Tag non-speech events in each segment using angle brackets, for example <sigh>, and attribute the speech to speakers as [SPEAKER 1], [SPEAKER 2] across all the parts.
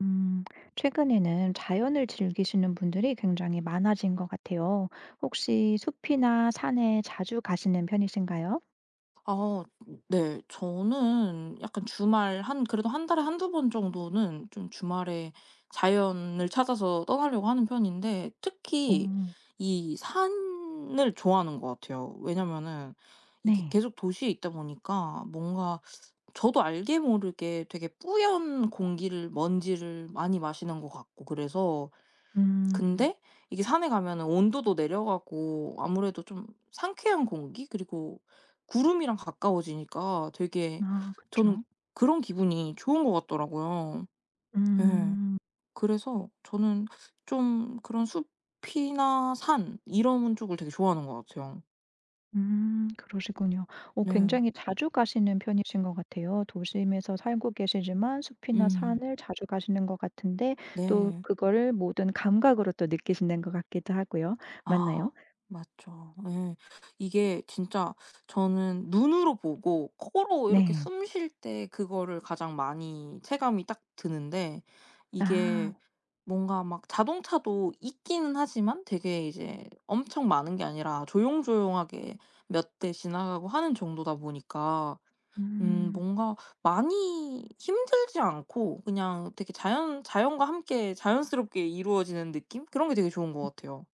[SPEAKER 1] 음, 최근에는 자연을 즐기시는 분들이 굉장히 많아진 것 같아요. 혹시 숲이나 산에 자주 가시는 편이신가요?
[SPEAKER 2] 아 네. 저는 약간 주말 한 그래도 한 달에 한두 번 정도는 좀 주말에 자연을 찾아서 떠나려고 하는 편인데,
[SPEAKER 1] 오,
[SPEAKER 2] 특히 이 산을 좋아하는 것 같아요. 왜냐면은 이게
[SPEAKER 1] 네.
[SPEAKER 2] 계속 도시에 있다 보니까 뭔가 저도 알게 모르게 되게 뿌연 공기를, 먼지를 많이 마시는 것 같고. 그래서
[SPEAKER 1] 음,
[SPEAKER 2] 근데 이게 산에 가면은 온도도 내려가고 아무래도 좀 상쾌한 공기, 그리고 구름이랑 가까워지니까 되게
[SPEAKER 1] 아,
[SPEAKER 2] 저는
[SPEAKER 1] 그쵸.
[SPEAKER 2] 그런 기분이 좋은 것 같더라고요. 예.
[SPEAKER 1] 음,
[SPEAKER 2] 그래서 저는 좀 그런 숲이나 산 이런 쪽을 되게 좋아하는 것 같아요.
[SPEAKER 1] 그러시군요. 오,
[SPEAKER 2] 네.
[SPEAKER 1] 굉장히 자주 가시는 편이신 것 같아요. 도심에서 살고 계시지만 숲이나
[SPEAKER 2] 음.
[SPEAKER 1] 산을 자주 가시는 것 같은데 또
[SPEAKER 2] 네.
[SPEAKER 1] 그거를 모든 감각으로 또 느끼시는 것 같기도 하고요. 맞나요?
[SPEAKER 2] 아 맞죠. 예. 이게 진짜 저는 눈으로 보고 코로 이렇게
[SPEAKER 1] 네.
[SPEAKER 2] 숨쉴 때 그거를 가장 많이 체감이 딱 드는데,
[SPEAKER 1] 아,
[SPEAKER 2] 이게 뭔가 막 자동차도 있기는 하지만 되게 이제 엄청 많은 게 아니라 조용조용하게 몇 대 지나가고 하는 정도다 보니까 음,
[SPEAKER 1] 음.
[SPEAKER 2] 뭔가 많이 힘들지 않고 그냥 되게 자연과 함께 자연스럽게 이루어지는 느낌? 그런 게 되게 좋은 것 같아요.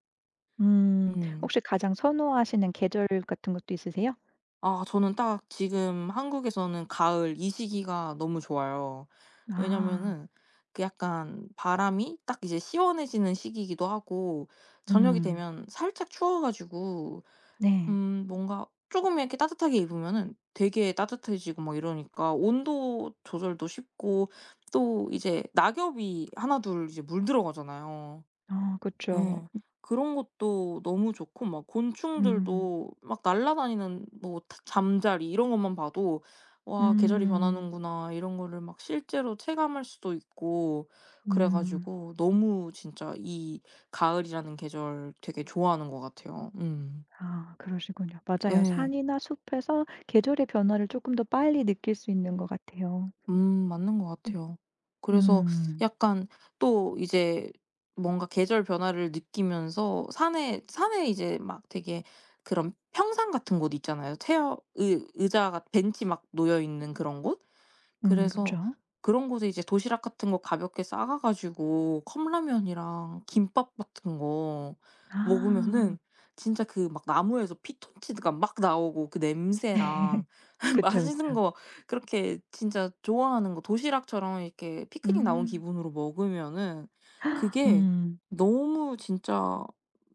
[SPEAKER 1] 음.
[SPEAKER 2] 음.
[SPEAKER 1] 혹시 가장 선호하시는 계절 같은 것도 있으세요?
[SPEAKER 2] 아 저는 딱 지금 한국에서는 가을 이 시기가 너무 좋아요.
[SPEAKER 1] 아.
[SPEAKER 2] 왜냐면은 그 약간 바람이 딱 이제 시원해지는 시기이기도 하고 저녁이
[SPEAKER 1] 음.
[SPEAKER 2] 되면 살짝 추워 가지고
[SPEAKER 1] 네.
[SPEAKER 2] 음, 뭔가 조금 이렇게 따뜻하게 입으면은 되게 따뜻해지고 막 이러니까 온도 조절도 쉽고, 또 이제 낙엽이 하나 둘 이제 물들어가잖아요.
[SPEAKER 1] 아 그쵸.
[SPEAKER 2] 예. 그런 것도 너무 좋고 막
[SPEAKER 1] 음.
[SPEAKER 2] 곤충들도 막 날아다니는, 뭐 타 잠자리 이런 것만 봐도 '와, 계절이
[SPEAKER 1] 음.
[SPEAKER 2] 변하는구나.' 이런 거를 막 실제로 체감할 수도 있고. 그래
[SPEAKER 1] 음.
[SPEAKER 2] 가지고 너무 진짜 이 가을이라는 계절 되게 좋아하는 것 같아요. 음.
[SPEAKER 1] 아 그러시군요. 맞아요.
[SPEAKER 2] 예.
[SPEAKER 1] 산이나 숲에서 계절의 변화를 조금 더 빨리 느낄 수 있는 것 같아요.
[SPEAKER 2] 음, 맞는 것
[SPEAKER 1] 음.
[SPEAKER 2] 같아요. 그래서
[SPEAKER 1] 음.
[SPEAKER 2] 약간 또 이제 뭔가 계절 변화를 느끼면서 산에 이제 막 되게 그런 평상 같은 곳 있잖아요. 체어 의 의자가 벤치 막 놓여 있는 그런 곳? 그래서
[SPEAKER 1] 그쵸.
[SPEAKER 2] 그런 곳에 이제 도시락 같은 거 가볍게 싸가 가지고 컵라면이랑 김밥 같은 거
[SPEAKER 1] 아.
[SPEAKER 2] 먹으면은 진짜 그 막 나무에서 피톤치드가 막 나오고, 그
[SPEAKER 1] <laughs> 네.
[SPEAKER 2] 냄새랑 <laughs>
[SPEAKER 1] 그쵸,
[SPEAKER 2] 맛있는
[SPEAKER 1] 그쵸.
[SPEAKER 2] 거, 그렇게 진짜 좋아하는 거 도시락처럼 이렇게 피크닉 나온
[SPEAKER 1] 음.
[SPEAKER 2] 기분으로 먹으면은 그게
[SPEAKER 1] 음.
[SPEAKER 2] 너무 진짜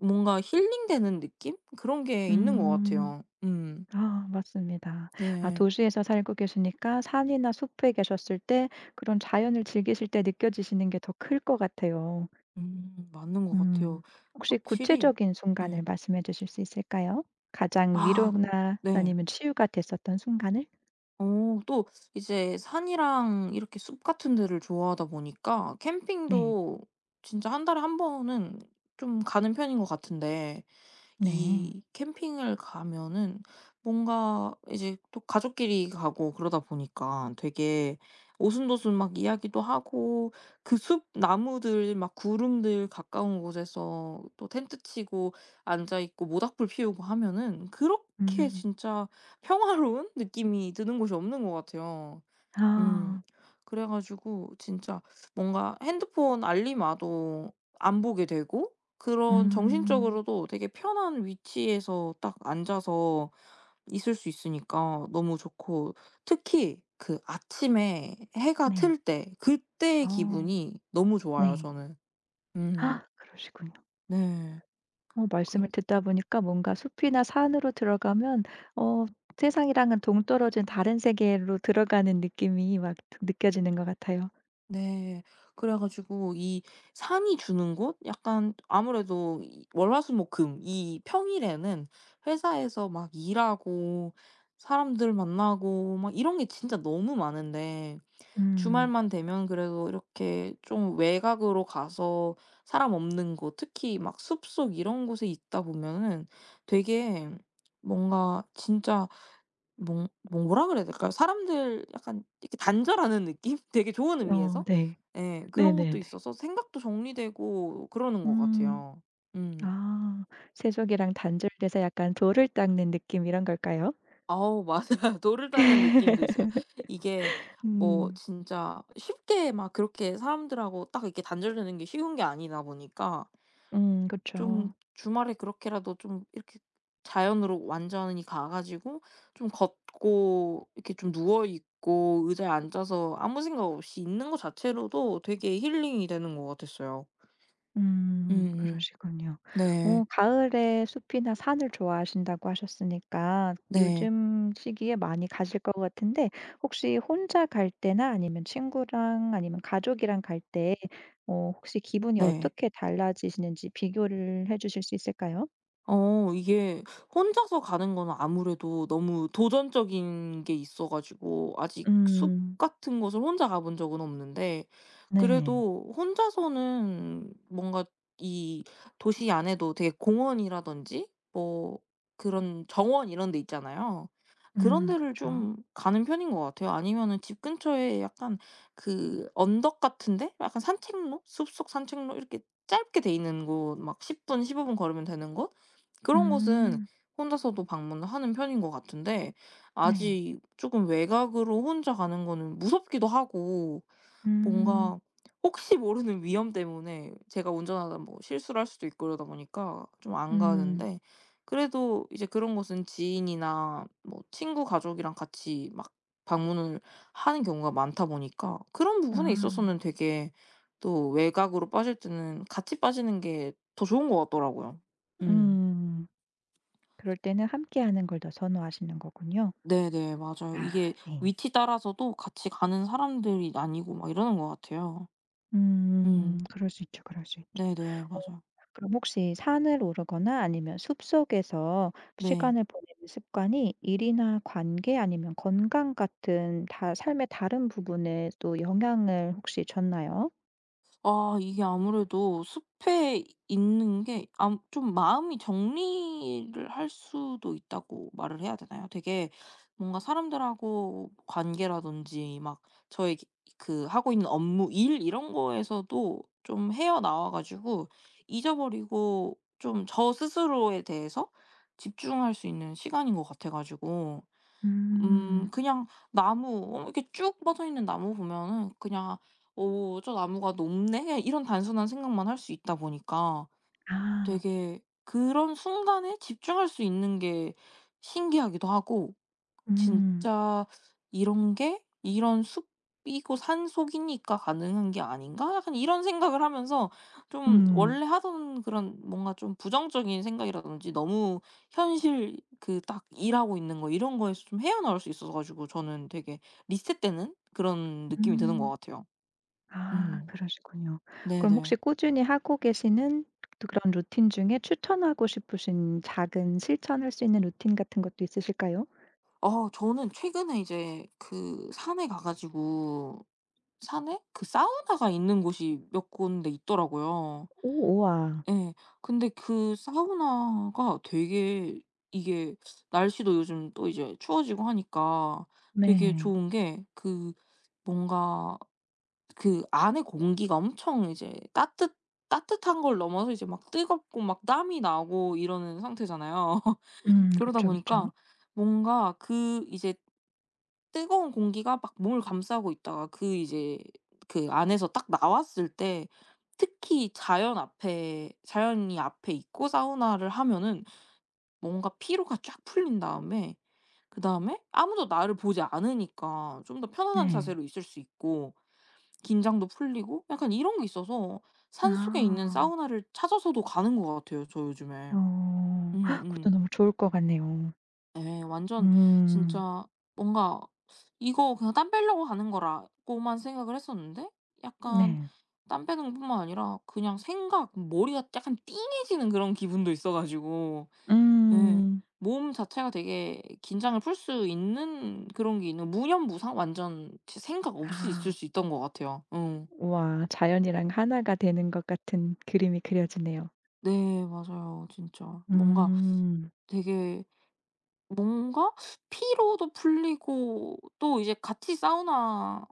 [SPEAKER 2] 뭔가 힐링되는 느낌? 그런 게 있는 것
[SPEAKER 1] 음.
[SPEAKER 2] 같아요. 음.
[SPEAKER 1] 아 맞습니다. 아
[SPEAKER 2] 네.
[SPEAKER 1] 도시에서 살고 계시니까 산이나 숲에 계셨을 때 그런 자연을 즐기실 때 느껴지시는 게 더 클 것 같아요.
[SPEAKER 2] 음, 맞는 것 같아요.
[SPEAKER 1] 음. 혹시
[SPEAKER 2] 확실히
[SPEAKER 1] 구체적인 순간을
[SPEAKER 2] 예.
[SPEAKER 1] 말씀해 주실 수 있을까요? 가장
[SPEAKER 2] 아
[SPEAKER 1] 위로나
[SPEAKER 2] 네.
[SPEAKER 1] 아니면 치유가 됐었던 순간을?
[SPEAKER 2] 어 또 이제 산이랑 이렇게 숲 같은 데를 좋아하다 보니까
[SPEAKER 1] 네.
[SPEAKER 2] 캠핑도 진짜 한 달에 한 번은 좀 가는 편인 것 같은데,
[SPEAKER 1] 네.
[SPEAKER 2] 이 캠핑을 가면은 뭔가 이제 또 가족끼리 가고 그러다 보니까 되게 오순도순 막 이야기도 하고, 그 숲 나무들 막 구름들 가까운 곳에서 또 텐트 치고 앉아 있고 모닥불 피우고 하면은 그렇게
[SPEAKER 1] 음.
[SPEAKER 2] 진짜 평화로운 <laughs> 느낌이 드는 곳이 없는 것 같아요. 음.
[SPEAKER 1] 아.
[SPEAKER 2] 그래 가지고 진짜 뭔가 핸드폰 알림 와도 안 보게 되고, 그런
[SPEAKER 1] 음.
[SPEAKER 2] 정신적으로도 되게 편한 위치에서 딱 앉아서 있을 수 있으니까 너무 좋고, 특히 그 아침에 해가
[SPEAKER 1] 네.
[SPEAKER 2] 틀 때 그때의
[SPEAKER 1] 어.
[SPEAKER 2] 기분이 너무 좋아요
[SPEAKER 1] 네.
[SPEAKER 2] 저는. 음.
[SPEAKER 1] 아, 그러시군요.
[SPEAKER 2] 네. 그
[SPEAKER 1] 말씀을 듣다 보니까 뭔가 숲이나 산으로 들어가면 어 세상이랑은 동떨어진 다른 세계로 들어가는 느낌이 막 느껴지는 것 같아요.
[SPEAKER 2] 네. 그래 가지고 이 산이 주는 곳, 약간 아무래도 이 월화수목금 이 평일에는 회사에서 막 일하고 사람들 만나고 막 이런 게 진짜 너무 많은데,
[SPEAKER 1] 음.
[SPEAKER 2] 주말만 되면 그래도 이렇게 좀 외곽으로 가서 사람 없는 곳, 특히 막 숲속 이런 곳에 있다 보면은 되게 뭔가 진짜 뭐, 뭐라 그래야 될까요? 사람들 약간 이렇게 단절하는 느낌? <laughs> 되게 좋은
[SPEAKER 1] 어
[SPEAKER 2] 의미에서?
[SPEAKER 1] 네.
[SPEAKER 2] 예. 그런 것도
[SPEAKER 1] 네네네.
[SPEAKER 2] 있어서 생각도 정리되고 그러는 것
[SPEAKER 1] 음.
[SPEAKER 2] 같아요. 음.
[SPEAKER 1] 아. 세족이랑 단절돼서 약간 돌을 닦는 느낌 이런 걸까요?
[SPEAKER 2] 아우 맞아요. <laughs> 돌을 닦는 느낌도 있어요. 이게 뭐
[SPEAKER 1] 음.
[SPEAKER 2] 진짜 쉽게 막 그렇게 사람들하고 딱 이렇게 단절되는 게 쉬운 게 아니다 보니까
[SPEAKER 1] 그죠
[SPEAKER 2] 좀 주말에 그렇게라도 좀 이렇게 자연으로 완전히 가 가지고 좀 걷고 이렇게 좀 누워 있고 의자에 앉아서 아무 생각 없이 있는 것 자체로도 되게 힐링이 되는 것 같았어요. 음음.
[SPEAKER 1] 그러시군요.
[SPEAKER 2] 네.
[SPEAKER 1] 가을에 숲이나 산을 좋아하신다고 하셨으니까
[SPEAKER 2] 네.
[SPEAKER 1] 요즘 시기에 많이 가실 것 같은데 혹시 혼자 갈 때나 아니면 친구랑 아니면 가족이랑 갈 때 혹시 기분이
[SPEAKER 2] 네.
[SPEAKER 1] 어떻게 달라지시는지 비교를 해 주실 수 있을까요?
[SPEAKER 2] 어 이게 혼자서 가는 건 아무래도 너무 도전적인 게 있어 가지고 아직 숲
[SPEAKER 1] 음
[SPEAKER 2] 같은 곳을 혼자 가본 적은 없는데,
[SPEAKER 1] 네.
[SPEAKER 2] 그래도 혼자서는 뭔가 이 도시 안에도 되게 공원이라든지 뭐 그런 정원 이런 데 있잖아요. 그런 데를
[SPEAKER 1] 그쵸.
[SPEAKER 2] 좀 가는 편인 것 같아요. 아니면은 집 근처에 약간 그 언덕 같은 데? 약간 산책로? 숲속 산책로? 이렇게 짧게 돼 있는 곳, 막 10분 15분 걸으면 되는 곳? 그런 곳은
[SPEAKER 1] 음
[SPEAKER 2] 혼자서도 방문을 하는 편인 것 같은데,
[SPEAKER 1] 네.
[SPEAKER 2] 아직 조금 외곽으로 혼자 가는 거는 무섭기도 하고
[SPEAKER 1] 음.
[SPEAKER 2] 뭔가 혹시 모르는 <laughs> 위험 때문에 제가 운전하다 뭐 실수를 할 수도 있고 그러다 보니까 좀 안
[SPEAKER 1] 음.
[SPEAKER 2] 가는데, 그래도 이제 그런 곳은 지인이나 뭐 친구 가족이랑 같이 막 방문을 하는 경우가 많다 보니까 그런 부분에
[SPEAKER 1] 아.
[SPEAKER 2] 있어서는 되게, 또 외곽으로 빠질 때는 같이 빠지는 게 더 좋은 것 같더라고요. 음.
[SPEAKER 1] 음. 그럴 때는 함께하는 걸 더 선호하시는 거군요.
[SPEAKER 2] 네네. 맞아요.
[SPEAKER 1] 아
[SPEAKER 2] 이게
[SPEAKER 1] 네.
[SPEAKER 2] 위치 따라서도 같이 가는 사람들이 나뉘고 막 이러는 것 같아요. 음.
[SPEAKER 1] 음.
[SPEAKER 2] 음.
[SPEAKER 1] 그럴 수 있죠, 그럴 수 있죠.
[SPEAKER 2] 네네.
[SPEAKER 1] 어
[SPEAKER 2] 맞아요.
[SPEAKER 1] 그럼 혹시 산을 오르거나 아니면 숲속에서
[SPEAKER 2] 네.
[SPEAKER 1] 시간을 보내는 습관이 일이나 관계 아니면 건강 같은 다 삶의 다른 부분에 또 영향을 혹시 줬나요?
[SPEAKER 2] 아 이게 아무래도 숲에 있는 게 암, 좀 마음이 정리를 할 수도 있다고 말을 해야 되나요? 되게 뭔가 사람들하고 관계라든지 막 저의 기 그 하고 있는 업무, 일 이런 거에서도 좀 헤어나와 가지고 잊어버리고 좀 저 스스로에 대해서 집중할 수 있는 시간인 것 같아 가지고 음,
[SPEAKER 1] 음.
[SPEAKER 2] 그냥 나무 어 이렇게 쭉 뻗어 있는 나무 보면은 그냥 '어 저 나무가 높네.' 그냥 이런 단순한 생각만 할 수 있다 보니까
[SPEAKER 1] 아.
[SPEAKER 2] 되게 그런 순간에 집중할 수 있는 게 신기하기도 하고,
[SPEAKER 1] 음.
[SPEAKER 2] 진짜 '이런 게 이런 숲이고 산속이니까 가능한 게 아닌가?' 약간 이런 생각을 하면서 좀
[SPEAKER 1] 음.
[SPEAKER 2] 원래 하던 그런 뭔가 좀 부정적인 생각이라든지 너무 현실 그 딱 일하고 있는 거 이런 거에서 좀 헤어나올 수 있어서 가지고 저는 되게 리셋되는 그런 느낌이 드는 것
[SPEAKER 1] 음.
[SPEAKER 2] 같아요.
[SPEAKER 1] 아
[SPEAKER 2] 음.
[SPEAKER 1] 그러시군요. 그럼
[SPEAKER 2] 네네.
[SPEAKER 1] 혹시 꾸준히 하고 계시는 또 그런 루틴 중에 추천하고 싶으신 작은 실천할 수 있는 루틴 같은 것도 있으실까요?
[SPEAKER 2] 어 저는 최근에 이제 그 산에 가 가지고 산에 그 사우나가 있는 곳이 몇 군데 있더라고요.
[SPEAKER 1] 오 우와.
[SPEAKER 2] 예. 근데 그 사우나가 되게 이게 날씨도 요즘 또 이제 추워지고 하니까 되게
[SPEAKER 1] 네.
[SPEAKER 2] 좋은 게 그 뭔가 그 안에 공기가 엄청 이제 따뜻한 걸 넘어서 이제 막 뜨겁고 막 땀이 나고 이러는 상태잖아요. 그러다
[SPEAKER 1] 그쵸, 그쵸.
[SPEAKER 2] 보니까 뭔가 그 이제 뜨거운 공기가 막 몸을 감싸고 있다가 그 이제 그 안에서 딱 나왔을 때, 특히 자연 앞에 자연이 앞에 있고 사우나를 하면은 뭔가 피로가 쫙 풀린 다음에 그다음에 아무도 나를 보지 않으니까 좀 더 편안한
[SPEAKER 1] 네.
[SPEAKER 2] 자세로 있을 수 있고, 긴장도 풀리고 약간 이런 게 있어서 산속에 있는
[SPEAKER 1] 아.
[SPEAKER 2] 사우나를 찾아서도 가는 것 같아요, 저 요즘에.
[SPEAKER 1] 어. 헉, 그것도
[SPEAKER 2] 음음.
[SPEAKER 1] 너무 좋을 것 같네요.
[SPEAKER 2] 예. 완전
[SPEAKER 1] 음.
[SPEAKER 2] 진짜 뭔가 '이거 그냥 땀 빼려고 가는 거라.'고만 생각을 했었는데, 약간
[SPEAKER 1] 네.
[SPEAKER 2] 땀 빼는 것뿐만 아니라 그냥 생각 머리가 약간 띵해지는 그런 기분도 있어 가지고. 예.
[SPEAKER 1] 음.
[SPEAKER 2] 몸 자체가 되게 긴장을 풀 수 있는 그런 게 있는 무념무상 완전 제 생각 없이 있을
[SPEAKER 1] 아.
[SPEAKER 2] 수 있던 것 같아요. 응.
[SPEAKER 1] 와 자연이랑 하나가 되는 것 같은 그림이 그려지네요.
[SPEAKER 2] 네. 맞아요. 진짜. 뭔가
[SPEAKER 1] 음.
[SPEAKER 2] 되게 뭔가 피로도 풀리고, 또 이제 같이 사우나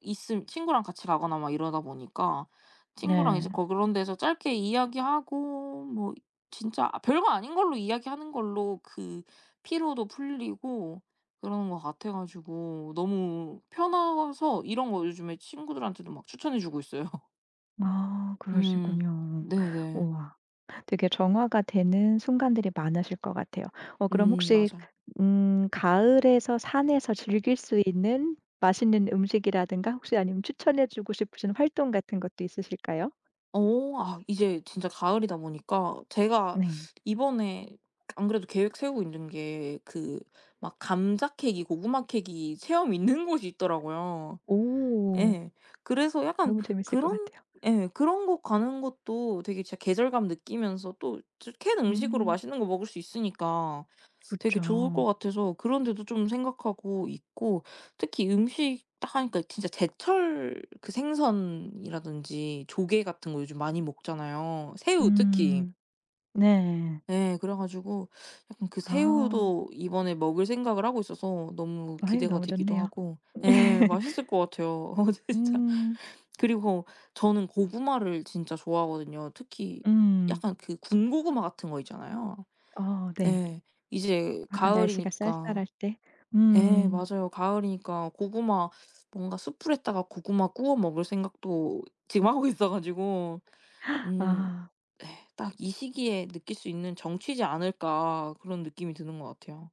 [SPEAKER 2] 있음 친구랑 같이 가거나 막 이러다 보니까 친구랑
[SPEAKER 1] 네.
[SPEAKER 2] 이제 거 그런 데서 짧게 이야기하고, 뭐 진짜 아, 별거 아닌 걸로 이야기하는 걸로 그 피로도 풀리고 그러는 것 같아 가지고 너무 편해서 이런 거 요즘에 친구들한테도 막 추천해 주고 있어요. <laughs>
[SPEAKER 1] 아
[SPEAKER 2] 음.
[SPEAKER 1] 그러시군요.
[SPEAKER 2] 네네.
[SPEAKER 1] 우와. 되게 정화가 되는 순간들이 많으실 것 같아요. 그럼 혹시
[SPEAKER 2] 맞아요.
[SPEAKER 1] 가을에서 산에서 즐길 수 있는 맛있는 음식이라든가 혹시 아니면 추천해 주고 싶으신 활동 같은 것도 있으실까요?
[SPEAKER 2] 어 아 이제 진짜 가을이다 보니까 제가
[SPEAKER 1] 네.
[SPEAKER 2] 이번에 안 그래도 계획 세우고 있는 게 그 막 감자 캐기 고구마 캐기 체험 있는 <laughs> 곳이 있더라고요.
[SPEAKER 1] 오.
[SPEAKER 2] 예. 그래서 약간
[SPEAKER 1] 너무 재밌을 것
[SPEAKER 2] 그런,
[SPEAKER 1] 같아요.
[SPEAKER 2] 예 그런 곳 가는 것도 되게 진짜 계절감 느끼면서 또 저 캔 음식으로
[SPEAKER 1] 음.
[SPEAKER 2] 맛있는 거 먹을 수 있으니까
[SPEAKER 1] 그렇죠
[SPEAKER 2] 되게 좋을 것 같아서 그런 데도 좀 생각하고 있고, 특히 음식 딱 하니까 진짜 제철 그 생선이라든지 조개 같은 거 요즘 많이 먹잖아요. 새우 특히.
[SPEAKER 1] 음. 네.
[SPEAKER 2] 네 그래 가지고 약간 그
[SPEAKER 1] 아.
[SPEAKER 2] 새우도 이번에 먹을 생각을 하고 있어서 너무
[SPEAKER 1] 아유
[SPEAKER 2] 기대가
[SPEAKER 1] 너무
[SPEAKER 2] 되기도
[SPEAKER 1] 좋네요.
[SPEAKER 2] 하고. 예.
[SPEAKER 1] <laughs>
[SPEAKER 2] 맛있을 것 같아요. <laughs> 어 진짜.
[SPEAKER 1] 음.
[SPEAKER 2] 그리고 저는 고구마를 진짜 좋아하거든요. 특히
[SPEAKER 1] 음.
[SPEAKER 2] 약간 그 군고구마 같은 거 있잖아요.
[SPEAKER 1] 어 네.
[SPEAKER 2] 예. 이제
[SPEAKER 1] 아 날씨가
[SPEAKER 2] 가을이니까
[SPEAKER 1] 쌀쌀할 때.
[SPEAKER 2] 예
[SPEAKER 1] 음.
[SPEAKER 2] 맞아요. 가을이니까 고구마, 뭔가 숯불에다가 고구마 구워 먹을 생각도 <laughs> 지금 하고 있어 가지고 음
[SPEAKER 1] 아.
[SPEAKER 2] 예 '딱 이 시기에 느낄 수 있는 정취지 않을까.' 그런 느낌이 드는 것 같아요.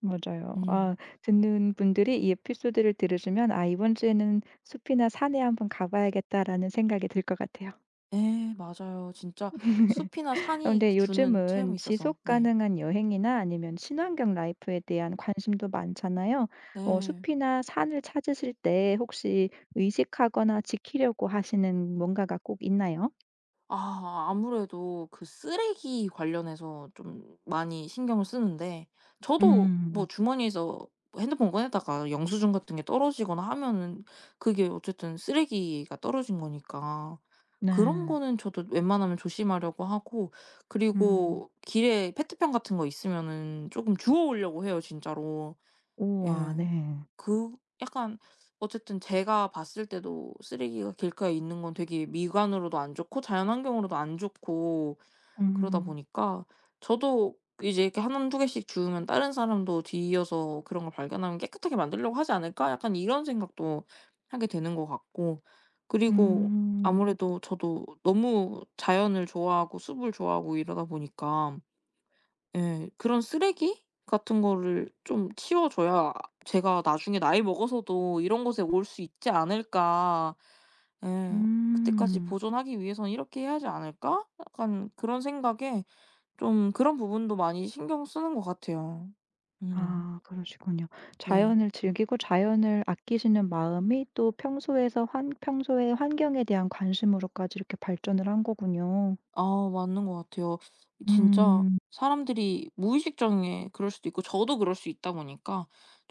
[SPEAKER 1] 맞아요.
[SPEAKER 2] 음.
[SPEAKER 1] 아 듣는 분들이 이 에피소드를 들으시면 '아 이번 주에는 숲이나 산에 한번 가 봐야겠다.'라는 생각이 들 것 같아요.
[SPEAKER 2] 예 맞아요. 진짜 숲이나 산이
[SPEAKER 1] 근데
[SPEAKER 2] 그 주는 체험이
[SPEAKER 1] 요즘은
[SPEAKER 2] 있어서.
[SPEAKER 1] 지속
[SPEAKER 2] 네.
[SPEAKER 1] 가능한 여행이나 아니면 친환경 라이프에 대한 관심도 많잖아요.
[SPEAKER 2] 네.
[SPEAKER 1] 숲이나 산을 찾으실 때 혹시 의식하거나 지키려고 하시는 뭔가가 꼭 있나요?
[SPEAKER 2] 아 아무래도 그 쓰레기 관련해서 좀 많이 신경을 쓰는데, 저도 뭐
[SPEAKER 1] 음.
[SPEAKER 2] 주머니에서 뭐 핸드폰 꺼내다가 영수증 같은 게 떨어지거나 하면은 그게 어쨌든 쓰레기가 떨어진 거니까 그런
[SPEAKER 1] 네.
[SPEAKER 2] 거는 저도 웬만하면 조심하려고 하고,
[SPEAKER 1] 음.
[SPEAKER 2] 그리고 길에 페트병 같은 거 있으면은 조금 주워 오려고 해요 진짜로.
[SPEAKER 1] 우와
[SPEAKER 2] 예.
[SPEAKER 1] 네.
[SPEAKER 2] 그 약간 어쨌든 제가 봤을 때도 쓰레기가 길가에 있는 건 되게 미관으로도 안 좋고 자연 환경으로도 안 좋고, 그러다
[SPEAKER 1] 음.
[SPEAKER 2] 보니까 저도 이제 이렇게 한 두 개씩 주우면 '다른 사람도 뒤이어서 그런 걸 발견하면 깨끗하게 만들려고 하지 않을까?' 약간 이런 생각도 하게 되는 것 같고, 그리고
[SPEAKER 1] 음.
[SPEAKER 2] 아무래도 저도 너무 자연을 좋아하고 숲을 좋아하고 이러다 보니까 예. 그런 쓰레기 같은 거를 좀 치워 줘야 제가 나중에 나이 먹어서도 '이런 곳에 올 수 있지 않을까. 예. 그때까지
[SPEAKER 1] 음.
[SPEAKER 2] 보존하기 위해선 이렇게 해야지 않을까?' 약간 그런 생각에 좀 그런 부분도 많이 신경 쓰는 것 같아요. 음.
[SPEAKER 1] 아 그러시군요.
[SPEAKER 2] 네.
[SPEAKER 1] 자연을 즐기고 자연을 아끼시는 마음이 또 평소에서 환 평소의 환경에 대한 관심으로까지 이렇게 발전을 한 거군요.
[SPEAKER 2] 아 맞는 것 같아요. 진짜
[SPEAKER 1] 음.
[SPEAKER 2] 사람들이 무의식중에 그럴 수도 있고 저도 그럴 수 있다 보니까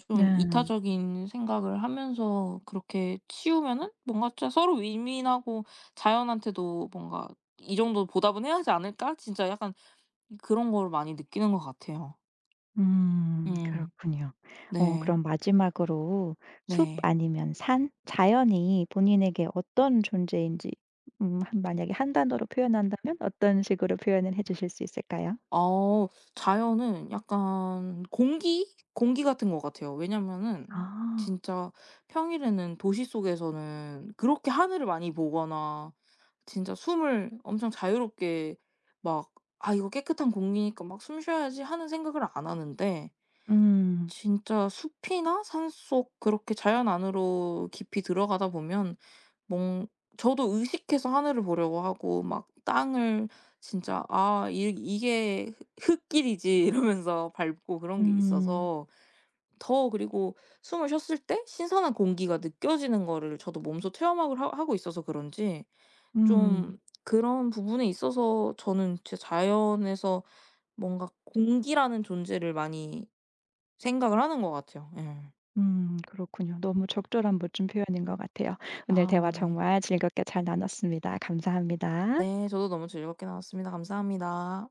[SPEAKER 2] 좀
[SPEAKER 1] 네.
[SPEAKER 2] 이타적인 생각을 하면서 그렇게 치우면은 뭔가 진짜 서로 윈윈하고 자연한테도 뭔가 '이 정도 보답은 해야 하지 않을까?' 진짜 약간 그런 걸 많이 느끼는 것 같아요.
[SPEAKER 1] 음.
[SPEAKER 2] 음.
[SPEAKER 1] 그렇군요.
[SPEAKER 2] 네.
[SPEAKER 1] 그럼 마지막으로 숲
[SPEAKER 2] 네.
[SPEAKER 1] 아니면 산? 자연이 본인에게 어떤 존재인지 한 만약에 한 단어로 표현한다면 어떤 식으로 표현을 해 주실 수 있을까요?
[SPEAKER 2] 어 자연은 약간 공기? 공기 같은 것 같아요. 왜냐면은
[SPEAKER 1] 아.
[SPEAKER 2] 진짜 평일에는 도시 속에서는 그렇게 하늘을 많이 보거나 진짜 숨을 엄청 자유롭게 막 '아 이거 깨끗한 공기니까 막 숨 쉬어야지.' 하는 생각을 안 하는데,
[SPEAKER 1] 음.
[SPEAKER 2] 진짜 숲이나 산속 그렇게 자연 안으로 깊이 들어가다 보면 뭔 저도 의식해서 하늘을 보려고 하고 막 땅을 진짜 '아 이 이게 흙 흙길이지.' <laughs> 이러면서 밟고 그런 게
[SPEAKER 1] 음.
[SPEAKER 2] 있어서 더, 그리고 숨을 쉬었을 때 신선한 공기가 느껴지는 거를 저도 몸소 체험학을 하 하고 있어서 그런지
[SPEAKER 1] 음.
[SPEAKER 2] 좀 그런 부분에 있어서 저는 제 자연에서 뭔가 공기라는 존재를 많이 생각을 하는 것 같아요. 예.
[SPEAKER 1] 그렇군요. 너무 적절한 멋진 표현인 것 같아요. 오늘 대화
[SPEAKER 2] 아 네.
[SPEAKER 1] 정말 즐겁게 잘 나눴습니다. 감사합니다.
[SPEAKER 2] 네. 저도 너무 즐겁게 나왔습니다 감사합니다.